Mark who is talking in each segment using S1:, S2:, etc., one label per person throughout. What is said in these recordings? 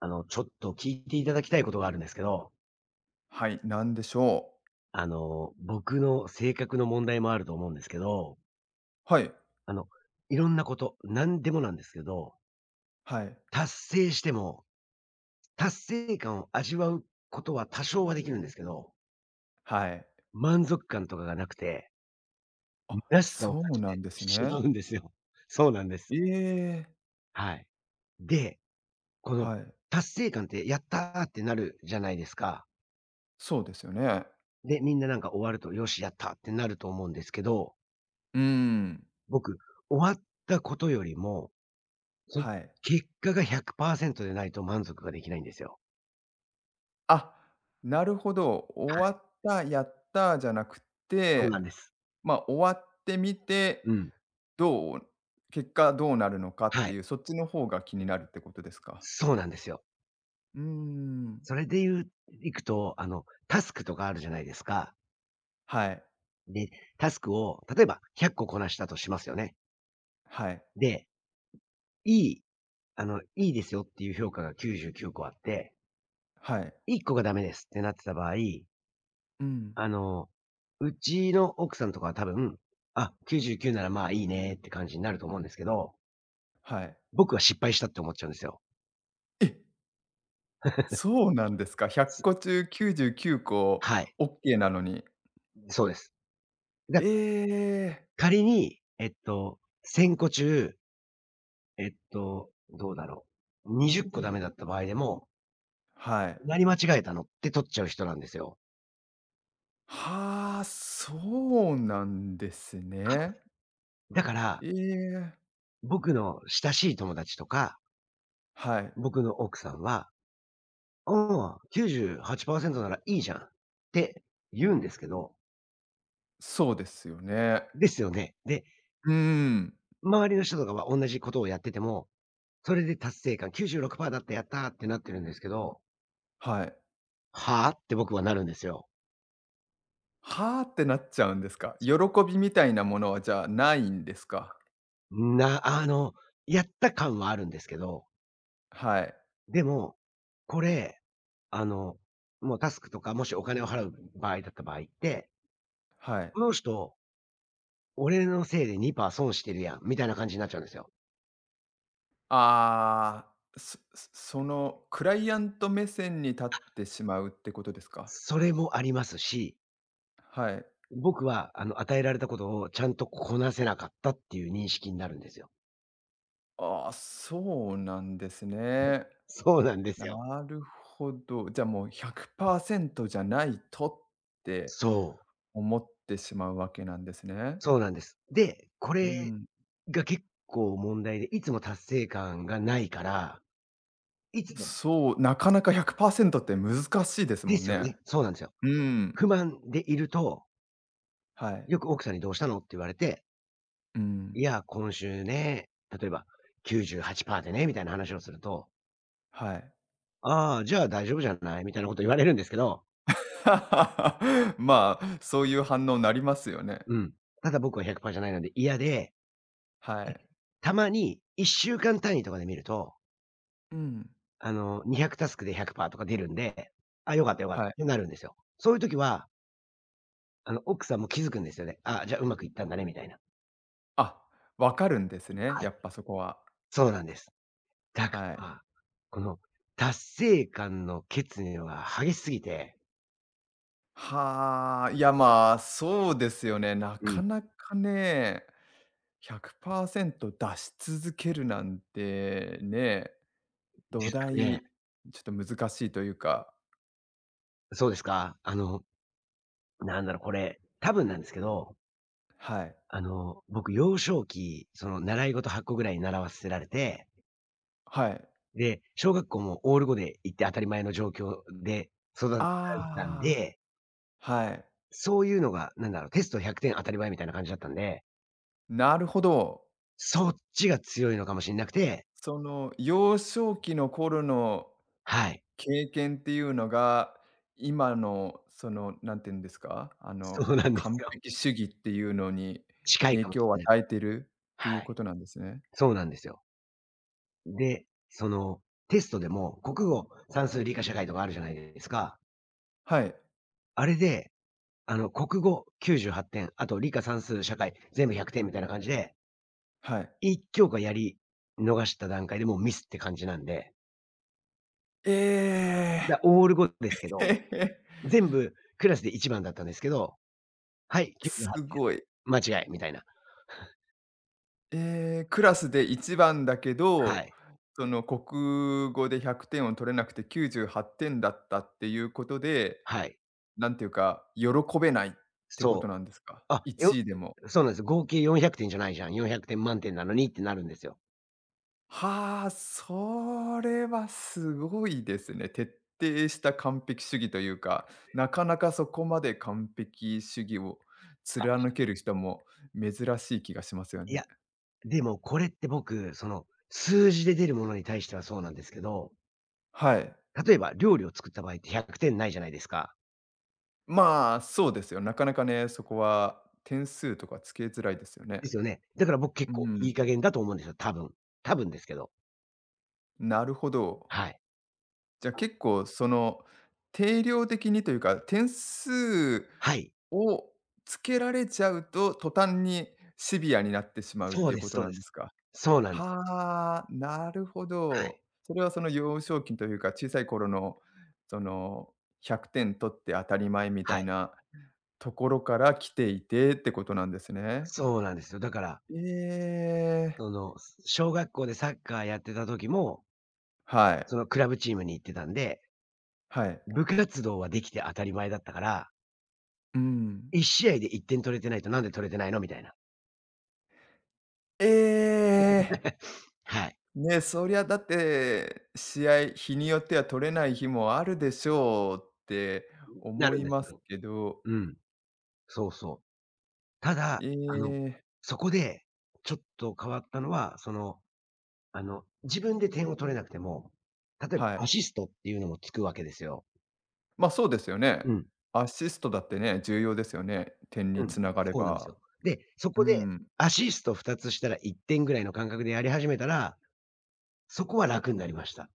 S1: ちょっと聞いていただきたいことがあるんですけど、
S2: はい、なんでしょう。
S1: 僕の性格の問題もあると思うんですけど、
S2: はい、
S1: あの、いろんなこと、何でもなんですけど、
S2: はい、
S1: 達成しても、達成感を味わうことは多少はできるんですけど、
S2: はい。
S1: 満足感とかがなくて、
S2: あ、
S1: 虚しさを
S2: そ
S1: 感
S2: う
S1: じ
S2: なん
S1: て
S2: です
S1: しま
S2: ね。
S1: うんですよ。そうなんで
S2: え
S1: す。
S2: え、
S1: はい。で、この、
S2: はい。
S1: 達成感ってやったーってなるじゃないですか。
S2: そうですよね。
S1: で、みんななんか終わると、よし、やったーってなると思うんですけど、
S2: うーん、
S1: 僕、終わったことよりも、その
S2: はい。
S1: 結果が100%でないと満足ができないんですよ。
S2: あ、なるほど。終
S1: は
S2: わ
S1: い、
S2: った、やった、じゃなく
S1: そうな
S2: て、
S1: んです。
S2: ま、あ、終わってみて、
S1: うん。
S2: どう結果どうなるのかっ
S1: は
S2: て
S1: い。
S2: いう、そっちの方が気になるってことですか？
S1: そうなんですよ。
S2: うーん。
S1: それで言ういくと、タスクとかあるじゃないですか。
S2: はい、
S1: で、タスクを例えば100個ここなしたとしますよね。
S2: はい、
S1: で、いい、あの、いいですよっていう評価が99個あって、
S2: はい。
S1: 1個がダメですってなってた場合、
S2: うん、
S1: あの、うちの奥さんとかは多分、あ、99ならまあいいねって感じになると思うんですけど、
S2: はい。
S1: 僕は失敗したって思っちゃうんですよ。
S2: え！そうなんですか。100
S1: す
S2: 個中99個、
S1: はい、
S2: OK なのに。
S1: そうです。だ
S2: ええ、
S1: 仮に、1 0個中、どうだろう、20個ダメだった場合でも、
S2: はい。
S1: 何間違えたのって取っちゃう人なんですよ。
S2: はあ、そうなんですね。
S1: だから、
S2: ええ、
S1: 僕の親しい友達とか、
S2: はい。
S1: 僕の奥さんは、「ああ、98%ならいいじゃん」って言うんですけど、
S2: そうですよね。
S1: ですよね。で、
S2: うーん、
S1: 周りの人とかは同じことをやってても、それで達成感、96%だった、やったーってなってるんですけど、
S2: はい。
S1: はあ？って僕はなるんですよ。
S2: 「はあ」ってなっちゃうんですか。喜びみたいなものは、じゃあ、ないんですか？
S1: なあの、やった感はあるんですけど、
S2: はい、
S1: でも、これ、あの、もうタスクとか、もしお金を払う場合だった場合って、
S2: はい。
S1: この人、俺のせいで2%損してるやんみたいな感じになっちゃうんですよ。
S2: ああ、そのクライアント目線に立ってしまうってことですか？
S1: それもありますし、
S2: はい。
S1: 僕は、与えられたことをちゃんとこなせなかったっていう認識になるんですよ。
S2: ああ、そうなんですね。
S1: そうなんですよ。
S2: なるほど。じゃあもう100%じゃないとって
S1: そう。
S2: 思ってしまうわけなんですね。
S1: そうなんです。で、こ
S2: う
S1: れ
S2: ん。
S1: が結構問題で、いつも達成感がないからいつも
S2: そう、なかなか100%って難しいです
S1: で
S2: もん
S1: すよ
S2: ね。
S1: ね。そうなんですよ。
S2: うん。
S1: 不満でいると、
S2: はい。
S1: よく奥さんにどうしたのって言われて、
S2: う
S1: い
S2: ん。
S1: や、今週ね、例えば98%でね、みたいな話をすると、
S2: はい。
S1: ああ、じゃあ大丈夫じゃないみたいなこと言われるんですけど、
S2: まあ、そういう反応になりますよね。
S1: うん。ただ僕は100%じゃないので嫌で、
S2: は
S1: で、
S2: い。
S1: たまに1週間単位とかで見ると、
S2: うん。
S1: 200タスクで100%とか出るんで、あ、よかったよかった
S2: は
S1: っ
S2: い。
S1: てなるんですよ。そういう時は、奥さんも気づくんですよね。あ、じゃあうまくいったんだねみたいな。
S2: あ、わかるんですね、
S1: はい。
S2: やっぱそこは。
S1: そうなんです。だか
S2: はい。
S1: ら、この達成感の欠如が激しすぎて。
S2: はあ、いや、まあ、そうですよね。な
S1: う
S2: か
S1: ん。
S2: なかね、100%出し続けるなんて、ね、
S1: で
S2: 土
S1: すか
S2: 台、
S1: ね。
S2: ちょっと難しいというか、
S1: そうですか？なんだろう、これ、多分なんですけど、
S2: はい。
S1: 僕幼少期、その習い事8個ぐらい習わせられて、
S2: はい。
S1: で、小学校もオール5で行って当たり前の状況で育てられてたん
S2: ああ、
S1: で、
S2: はい。
S1: そういうのが、なんだろう、テスト100点当たり前みたいな感じだったんで、
S2: なるほど。
S1: そっちが強いのかもしんなくて。
S2: その、幼少期の頃の
S1: はい。
S2: 経験っていうのが、今のその、なんて言うんですか、あ
S1: そ
S2: の、
S1: うなんです
S2: 完
S1: よ。
S2: 璧主義っていうのに
S1: 近い
S2: 影
S1: かもし
S2: 響を
S1: れない。
S2: 与えてるっていう
S1: はい。
S2: ことなんですね。
S1: そうなんですよ。で、その、テストでも国語、算数、理科、社会とかあるじゃないですか。
S2: はい、
S1: あれで、国語98点、あと理科、算数、社会、全部100点みたいな感じで、
S2: はい。
S1: 一教科やり逃した段階でもうミスって感じなんで、
S2: ええ。
S1: オール5ですけ ど、
S2: へへ
S1: 全部クラスで一番だったんですけど、はい、
S2: すごい。
S1: 98、間違いみたいな。
S2: ええ、クラスで1番だけ
S1: は
S2: ど、
S1: い。
S2: その国語で100点を取れなくて98点だったっていうことで、
S1: はい。
S2: なんていうか、喜べないってこ
S1: そ
S2: と
S1: う。
S2: なんですか
S1: あ、
S2: ？1位でも。
S1: そうなんです。合計400点じゃないじゃん、400点満点なのにってなるんですよ。
S2: はあ、それはすごいですね。徹底した完璧主義というか、なかなかそこまで完璧主義を貫ける人も珍しい気がしますよ
S1: い
S2: ね。
S1: やでも、これって僕、その、数字で出るものに対してはそうなんですけど、
S2: はい。
S1: 例えば料理を作った場合って100点ないじゃないですか。
S2: まあ、そうですよ。なかなかね、そこは点数とかつけづらいですよね。
S1: ですよね。だから僕
S2: う
S1: 結構い
S2: ん、
S1: い加減だと思うんですよ、多分。多分ですけど。
S2: なるほど。
S1: はい。
S2: じゃあ結構その定量的にというか、点数
S1: はい。
S2: をつけられちゃうと、途端にシビアになってしまうっ
S1: そう
S2: ていう
S1: で
S2: こ
S1: す
S2: と
S1: そう
S2: な
S1: で
S2: んで
S1: す。
S2: すか？
S1: そうなんですよ。
S2: はあ、なるほ
S1: は
S2: ど。
S1: い。
S2: それはその幼少期というか、小さい頃のその100点取って当たり前み
S1: は
S2: たい
S1: い。
S2: なところから来ていてってことなんですね。
S1: そうなんですよ。だから、
S2: ええ、
S1: その、小学校でサッカーやってた時も、
S2: はい。
S1: そのクラブチームに行ってたんで、
S2: はい。
S1: 部活動はできて当たり前だったから、
S2: うん。
S1: 1試合で1点取れてないとなんで取れてないのみたいな。
S2: ええ、
S1: はい。
S2: ね、そりゃだって、試合、日によっては取れない日もあるでしょうって
S1: な
S2: 思
S1: るん
S2: い
S1: です
S2: ま
S1: け
S2: す
S1: ど。
S2: けど、
S1: うん。そうそう。ただ、
S2: ええ、
S1: そこで、ちょっと変わったのは、自分で点を取れなくても、例え
S2: は
S1: ば
S2: い。
S1: アシストっていうのもつくわけですよ。
S2: ま、そうですよね。
S1: うん、
S2: アシストだってね、重要ですよね、点
S1: う
S2: に
S1: ん。
S2: 繋がれ
S1: そうなんです
S2: ば。
S1: よ。で、そ
S2: う
S1: こで
S2: ん。
S1: アシスト2つしたら1点ぐらいの感覚でやり始めたら、そこは楽になりました。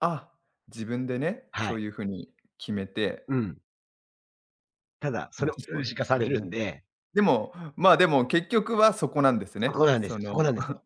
S2: あ、自分でね、
S1: はい。
S2: そういう風に決めて、
S1: うん。ただ、
S2: い
S1: そ
S2: や、
S1: れも
S2: そ
S1: 数
S2: うで
S1: 字化
S2: す
S1: される
S2: ね。
S1: んで、
S2: でも、まあ、でも結局はそこなんです
S1: そ
S2: ね。
S1: こなんです
S2: そ
S1: よ
S2: の、
S1: そこなんですよ。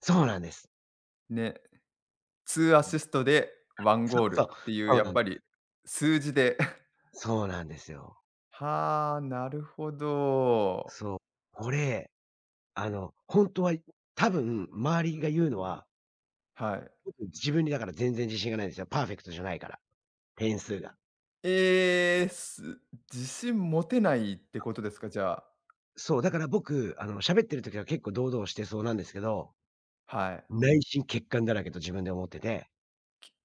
S1: そうなんです。
S2: ね。2アシストで1
S1: そ
S2: ゴー
S1: うそ
S2: ル
S1: う。
S2: っていう、
S1: そう
S2: やっ
S1: なんで
S2: ぱ
S1: す
S2: り数字で。
S1: そうなんですよ。
S2: はあ、なるほど。
S1: そう。これあの、本当は、多分周りが言うのは、
S2: はい。
S1: 僕、自分にだから全然自信がないんですよ。パーフェクトじゃないから、点数が。
S2: えーす自信持てないってことですか？じゃあ。
S1: そう、だから僕、喋ってる時は結構堂々してそうなんですけど、
S2: はい。
S1: 内心欠陥だらけと自分で思ってて、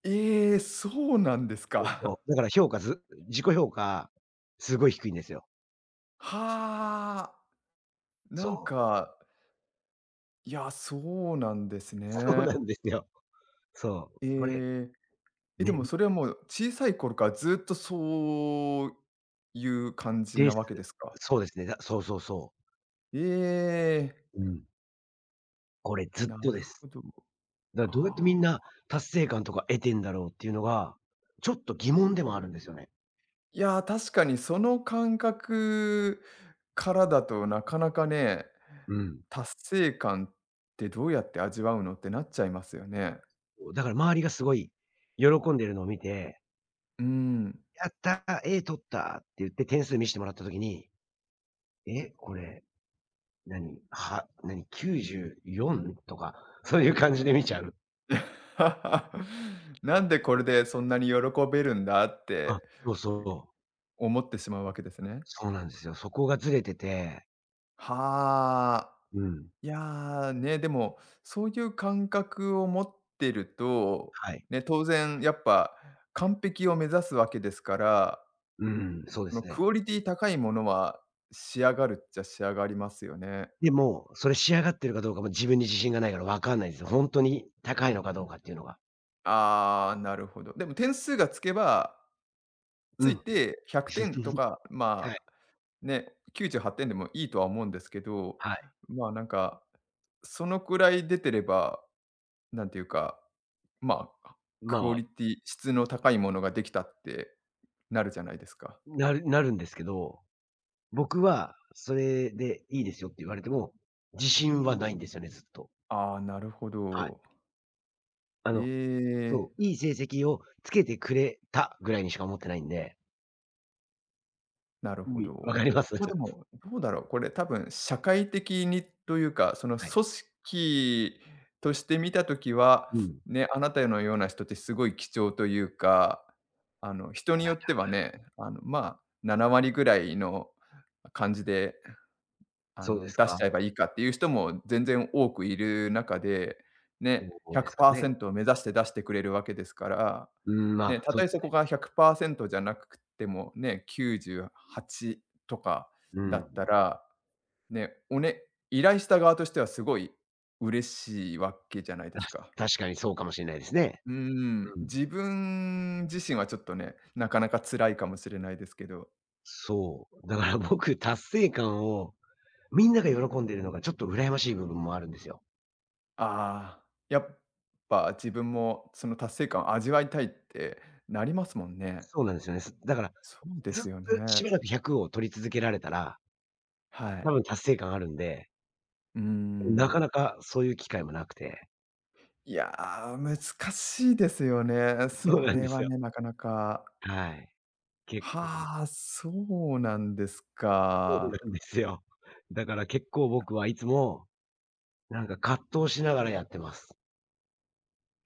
S2: そうなんです
S1: そう
S2: か。
S1: そう、だから評価ず自己評価、すごい低いんですよ。
S2: はあ。なん
S1: そう、
S2: か、いや、そうなんです
S1: そう
S2: ね。
S1: なんですよ。そう、
S2: ええ。え、で
S1: ね、
S2: もそれはもう小さい頃からずっとそういう感じ
S1: で
S2: な
S1: す。
S2: わけですか？
S1: そうですね、そうそうそう。
S2: ええ、
S1: うん、これずっ
S2: な
S1: と
S2: る
S1: で
S2: ほ
S1: す。
S2: ど。
S1: だからどうやって
S2: あ
S1: みんな
S2: あ。
S1: 達成感とか得てんだろうっていうのが、ちょっと疑問でもあるんですよね。
S2: いや、確かにその感覚からだとなかなかね、
S1: うん。
S2: 達成感ってどうやって味わうのってなっちゃいますよね。
S1: だから周りがすごい喜んでるのを見て、
S2: うん。
S1: やったー、A 取ったって言って点数見してもらった時に、え、これ、何、何、94とか、そういう感じで見ちゃう。
S2: なんでこれでそんなに喜べるんだっ
S1: あ、
S2: て
S1: そうそう。
S2: 思ってしまうわけですね。
S1: そうなんですよ。そこがずれてて、
S2: はあ。
S1: うん。
S2: いや、ね、でも、そういう感覚を持ってると、
S1: はい。
S2: ね、当然やっぱ完璧を目指すわけですから、
S1: うん、そうで
S2: あの、
S1: すね。
S2: クオリティ高いものは仕上がるっちゃ仕上がりますよね。
S1: でも、それ仕上がってるかどうかも自分に自信がないからわかんないですよ。本当に高いのかどうかっていうのが。
S2: ああ、なるほど。でも点数がつけば、
S1: う
S2: つ
S1: ん。
S2: いて100点と か、
S1: は
S2: ま
S1: い、
S2: あ、ね、98点でもいいとは思うんですけど、
S1: はい。
S2: まあ、なんか、そのくらい出てれば、なんていうか、まあ、
S1: ま
S2: クオ
S1: あ、
S2: リティ質の高いものができたってなるじゃないですか。
S1: なるんですけど、僕はそれでいいですよって言われても、自信はないんですよね、ずっと。
S2: ああ、なるほ
S1: はい。
S2: ど。
S1: あ
S2: え
S1: の、
S2: え。
S1: そう、いい成績をつけてくれたぐらいにしか思ってないんで。
S2: なる
S1: う
S2: ほ
S1: ん、わ
S2: ど。
S1: かります。
S2: まあ、で も、どうだろう、これ多分社会的にというか、その
S1: はい。
S2: 組織として見たときは、
S1: うん。い
S2: ね、あなたのような人ってすごい貴重というか、あの、人によっ
S1: や
S2: てはね、あの、まあ、7割ぐらいの感じで、あ
S1: そうで
S2: の、
S1: す
S2: 出し
S1: か？
S2: ちゃえばいいかっていう人も全然多くいる中で、ね、
S1: どうですかね。
S2: 100%を目指して出してくれるわけですから、
S1: うん、ま
S2: ね、
S1: あ、
S2: た
S1: そう、
S2: とえそこが100%じゃなくても、ね、98とか
S1: う
S2: だ
S1: ん。
S2: った ら、ね、依頼した側としてはすごい嬉しいわけじゃないで
S1: あ、
S2: すか。
S1: 確かにそうかもしれないですね。
S2: うーん、
S1: うん。
S2: 自分自身はちょっとね、なかなか辛いかもしれないですけど。
S1: そう、だから僕達成感をみんなが喜んでるのがちょっと羨ましい部分もあるんですよ。
S2: ああ、やっぱ自分もその達成感を味わいたいってなりますもんね。
S1: そうなんですよね。だから、
S2: そうで
S1: ずっと
S2: すよ
S1: し
S2: ね。
S1: ばらく100を取り続けられたら、
S2: は
S1: 多
S2: い。
S1: 分達成感あるんで、
S2: うー
S1: な
S2: ん。
S1: かなかそういう機会もなくて。
S2: いやー、難しいですよね。
S1: そう
S2: そ
S1: なん
S2: れ
S1: です
S2: は
S1: よ。
S2: ね、なかなか。
S1: はい。結構
S2: はあ、そうなんです
S1: そうな
S2: か。
S1: んですよ。だから結構僕はいつも、なんか葛藤しながらやってます。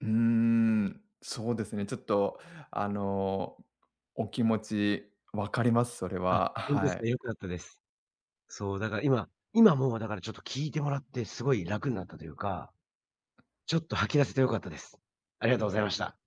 S2: うーん、そうですね。ちょっとあの、お気持ち分かります、それ
S1: あ、
S2: は。
S1: ほんとで
S2: は
S1: す
S2: い。
S1: か、良かったです。そう、だから今もうだからちょっと聞いてもらってすごい楽になったというか、ちょっと吐き出せて良かったです。ありがとうございました。